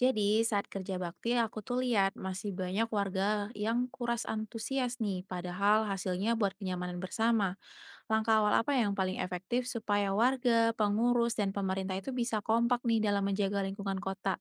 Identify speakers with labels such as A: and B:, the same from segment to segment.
A: Jadi saat kerja bakti aku tuh lihat masih banyak warga yang kuras antusias nih, padahal hasilnya buat kenyamanan bersama. Langkah awal apa yang paling efektif supaya warga, pengurus, dan pemerintah itu bisa kompak nih dalam menjaga lingkungan kota?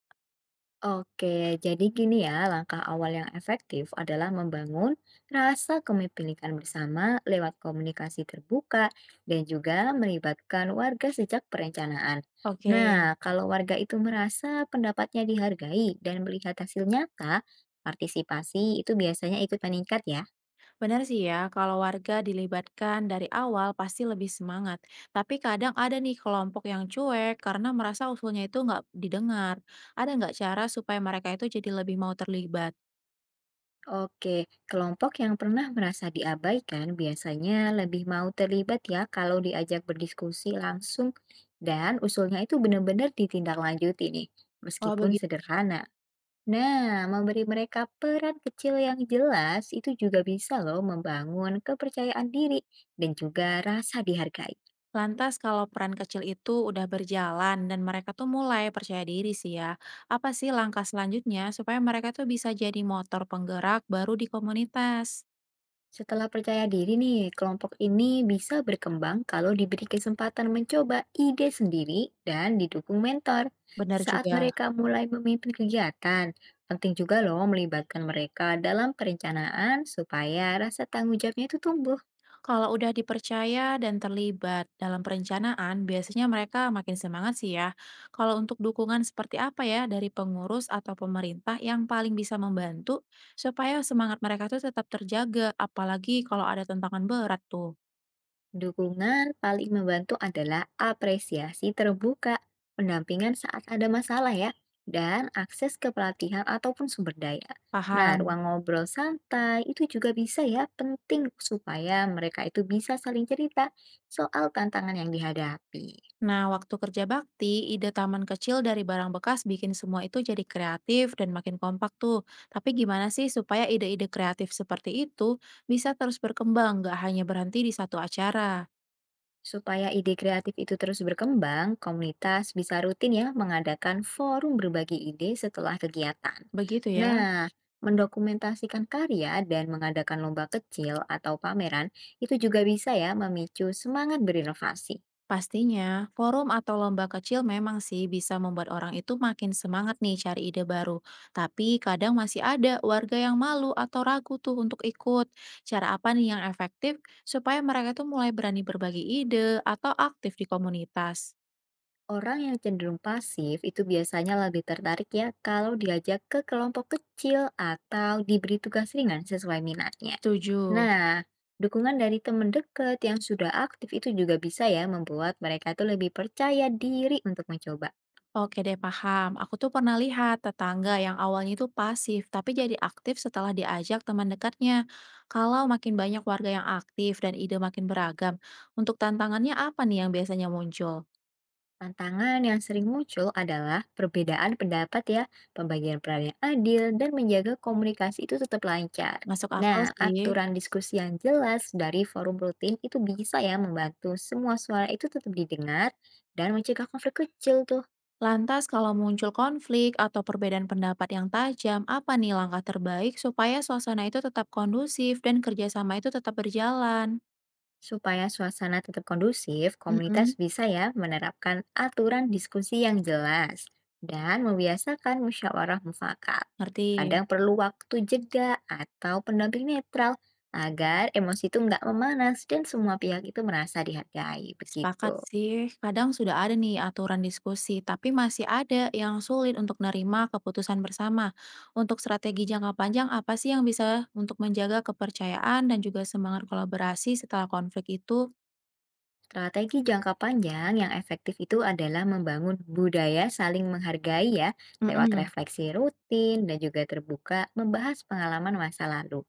B: Oke, jadi gini ya, langkah awal yang efektif adalah membangun rasa kepemilikan bersama lewat komunikasi terbuka dan juga melibatkan warga sejak perencanaan.
A: Oke,
B: Nah, kalau warga itu merasa pendapatnya dihargai dan melihat hasil nyata, partisipasi itu biasanya ikut meningkat ya.
A: benar sih ya, kalau warga dilibatkan dari awal pasti lebih semangat. Tapi kadang ada nih kelompok yang cuek karena merasa usulnya itu nggak didengar. Ada nggak cara supaya mereka itu jadi lebih mau terlibat?
B: Oke, kelompok yang pernah merasa diabaikan biasanya lebih mau terlibat ya kalau diajak berdiskusi langsung dan usulnya itu benar-benar ditindaklanjuti nih,
A: Kalau
B: meskipun
A: begitu.
B: sederhana. Nah, memberi mereka peran kecil yang jelas itu juga bisa loh membangun kepercayaan diri dan juga rasa dihargai.
A: Lantas kalau peran kecil itu udah berjalan dan mereka tuh mulai percaya diri sih ya, apa sih langkah selanjutnya supaya mereka tuh bisa jadi motor penggerak baru di komunitas?
B: Setelah percaya diri nih, kelompok ini bisa berkembang kalau diberi kesempatan mencoba ide sendiri dan didukung mentor.
A: Benar
B: Saat
A: juga,
B: mereka mulai memimpin kegiatan, penting juga loh melibatkan mereka dalam perencanaan supaya rasa tanggung jawabnya itu tumbuh.
A: kalau udah dipercaya dan terlibat dalam perencanaan, biasanya mereka makin semangat sih ya. Kalau untuk dukungan seperti apa ya dari pengurus atau pemerintah yang paling bisa membantu supaya semangat mereka tuh tetap terjaga, apalagi kalau ada tantangan berat tuh.
B: Dukungan paling membantu adalah apresiasi terbuka, pendampingan saat ada masalah ya, dan akses ke pelatihan ataupun sumber daya. Nah,
A: Paham.
B: ruang ngobrol santai itu juga bisa ya penting supaya mereka itu bisa saling cerita soal tantangan yang dihadapi.
A: Nah, waktu kerja bakti, ide taman kecil dari barang bekas bikin semua itu jadi kreatif dan makin kompak tuh. Tapi gimana sih supaya ide-ide kreatif seperti itu bisa terus berkembang, nggak hanya berhenti di satu acara?
B: Supaya ide kreatif itu terus berkembang, komunitas bisa rutin ya mengadakan forum berbagi ide setelah kegiatan.
A: Begitu ya.
B: Nah, mendokumentasikan karya dan mengadakan lomba kecil atau pameran itu juga bisa ya memicu semangat berinovasi.
A: Pastinya, forum atau lomba kecil memang sih bisa membuat orang itu makin semangat nih cari ide baru. Tapi kadang masih ada warga yang malu atau ragu tuh untuk ikut. Cara apa nih yang efektif supaya mereka tuh mulai berani berbagi ide atau aktif di komunitas?
B: Orang yang cenderung pasif itu biasanya lebih tertarik ya kalau diajak ke kelompok kecil atau diberi tugas ringan sesuai minatnya.
A: Setuju.
B: Nah, dukungan dari teman dekat yang sudah aktif itu juga bisa ya membuat mereka itu lebih percaya diri untuk mencoba.
A: Oke deh paham. Aku tuh pernah lihat tetangga yang awalnya itu pasif tapi jadi aktif setelah diajak teman dekatnya. Kalau makin banyak warga yang aktif dan ide makin beragam, untuk tantangannya apa nih yang biasanya muncul?
B: Tantangan yang sering muncul adalah perbedaan pendapat ya, pembagian peran yang adil, dan menjaga komunikasi itu tetap lancar.
A: Masuk akal
B: Nah,
A: sih.
B: aturan diskusi yang jelas dari forum rutin itu bisa ya membantu semua suara itu tetap didengar dan mencegah konflik kecil tuh.
A: Lantas kalau muncul konflik atau perbedaan pendapat yang tajam, apa nih langkah terbaik supaya suasana itu tetap kondusif dan kerjasama itu tetap berjalan?
B: Supaya suasana tetap kondusif,
A: Mm-mm,
B: komunitas bisa ya menerapkan aturan diskusi yang jelas dan membiasakan musyawarah mufakat.
A: ngerti.
B: Kadang perlu waktu jeda atau pendamping netral agar emosi itu nggak memanas dan semua pihak itu merasa dihargai.
A: Sepakat
B: Begitu.
A: sih, kadang sudah ada nih aturan diskusi, tapi masih ada yang sulit untuk nerima keputusan bersama. Untuk strategi jangka panjang, apa sih yang bisa untuk menjaga kepercayaan dan juga semangat kolaborasi setelah konflik itu?
B: Strategi jangka panjang yang efektif itu adalah membangun budaya saling menghargai ya, lewat
A: Mm-mm.
B: refleksi rutin dan juga terbuka membahas pengalaman masa lalu.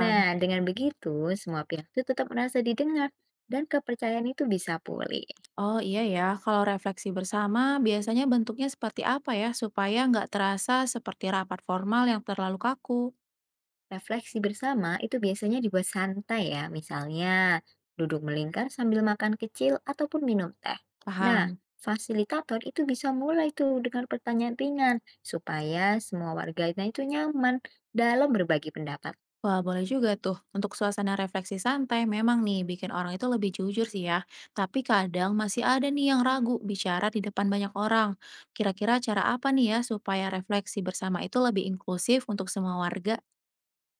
B: Nah, dengan begitu semua pihak itu tetap merasa didengar dan kepercayaan itu bisa pulih.
A: Oh iya ya, kalau refleksi bersama biasanya bentuknya seperti apa ya, supaya nggak terasa seperti rapat formal yang terlalu kaku.
B: Refleksi bersama itu biasanya dibuat santai ya, misalnya duduk melingkar sambil makan kecil ataupun minum teh. Nah,
A: Paham.
B: fasilitator itu bisa mulai tuh dengan pertanyaan ringan supaya semua warganya itu nyaman dalam berbagi pendapat.
A: Wah, boleh juga tuh. Untuk suasana refleksi santai, memang nih bikin orang itu lebih jujur sih ya. Tapi kadang masih ada nih yang ragu bicara di depan banyak orang. Kira-kira cara apa nih ya supaya refleksi bersama itu lebih inklusif untuk semua warga?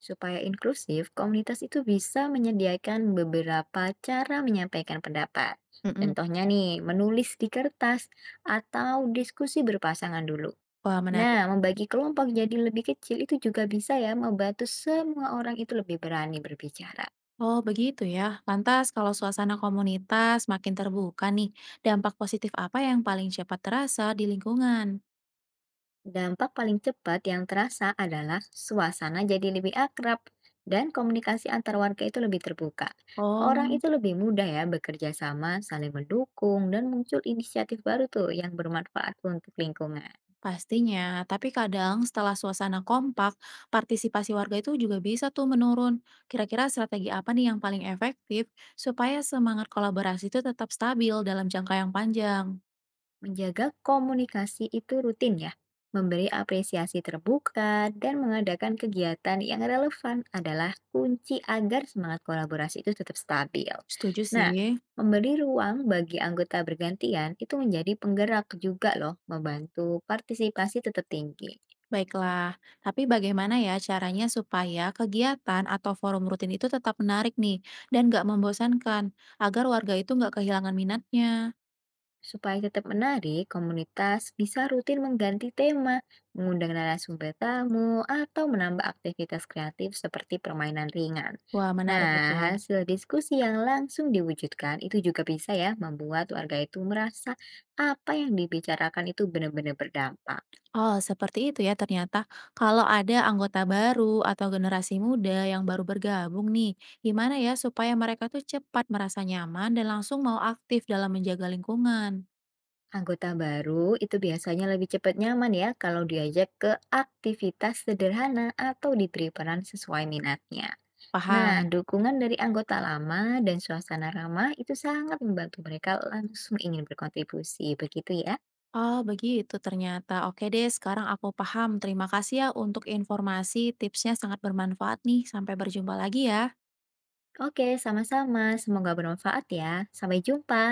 B: Supaya inklusif, komunitas itu bisa menyediakan beberapa cara menyampaikan pendapat.
A: Mm-mm.
B: Contohnya nih, menulis di kertas atau diskusi berpasangan dulu.
A: Wah, menarik.
B: Nah, membagi kelompok jadi lebih kecil itu juga bisa ya membantu semua orang itu lebih berani berbicara.
A: Oh, begitu ya. Lantas kalau suasana komunitas makin terbuka nih, dampak positif apa yang paling cepat terasa di lingkungan?
B: Dampak paling cepat yang terasa adalah suasana jadi lebih akrab dan komunikasi antar warga itu lebih terbuka. Orang
A: Oh.
B: itu lebih mudah ya bekerja sama, saling mendukung, dan muncul inisiatif baru tuh yang bermanfaat untuk lingkungan.
A: Pastinya, tapi kadang setelah suasana kompak, partisipasi warga itu juga bisa tuh menurun. Kira-kira strategi apa nih yang paling efektif supaya semangat kolaborasi itu tetap stabil dalam jangka yang panjang?
B: Menjaga komunikasi itu rutin ya, memberi apresiasi terbuka, dan mengadakan kegiatan yang relevan adalah kunci agar semangat kolaborasi itu tetap stabil.
A: Setuju sih.
B: Nah, memberi ruang bagi anggota bergantian itu menjadi penggerak juga loh, membantu partisipasi tetap tinggi.
A: Baiklah, tapi bagaimana ya caranya supaya kegiatan atau forum rutin itu tetap menarik nih dan nggak membosankan agar warga itu nggak kehilangan minatnya?
B: Supaya tetap menarik, komunitas bisa rutin mengganti tema, mengundang narasumber tamu, atau menambah aktivitas kreatif seperti permainan ringan.
A: Wah, menarik
B: Nah,
A: itu.
B: hasil diskusi yang langsung diwujudkan itu juga bisa ya membuat warga itu merasa apa yang dibicarakan itu benar-benar berdampak.
A: Oh, seperti itu ya ternyata. Kalau ada anggota baru atau generasi muda yang baru bergabung nih, gimana ya supaya mereka tuh cepat merasa nyaman dan langsung mau aktif dalam menjaga lingkungan?
B: Anggota baru itu biasanya lebih cepat nyaman ya kalau diajak ke aktivitas sederhana atau diberi peran sesuai minatnya. Nah,
A: Paham?
B: dukungan dari anggota lama dan suasana ramah itu sangat membantu mereka langsung ingin berkontribusi, begitu ya.
A: Oh, begitu ternyata. Oke deh, sekarang aku paham. Terima kasih ya untuk informasi, tipsnya sangat bermanfaat nih. Sampai berjumpa lagi ya.
B: Oke, sama-sama. Semoga bermanfaat ya. Sampai jumpa.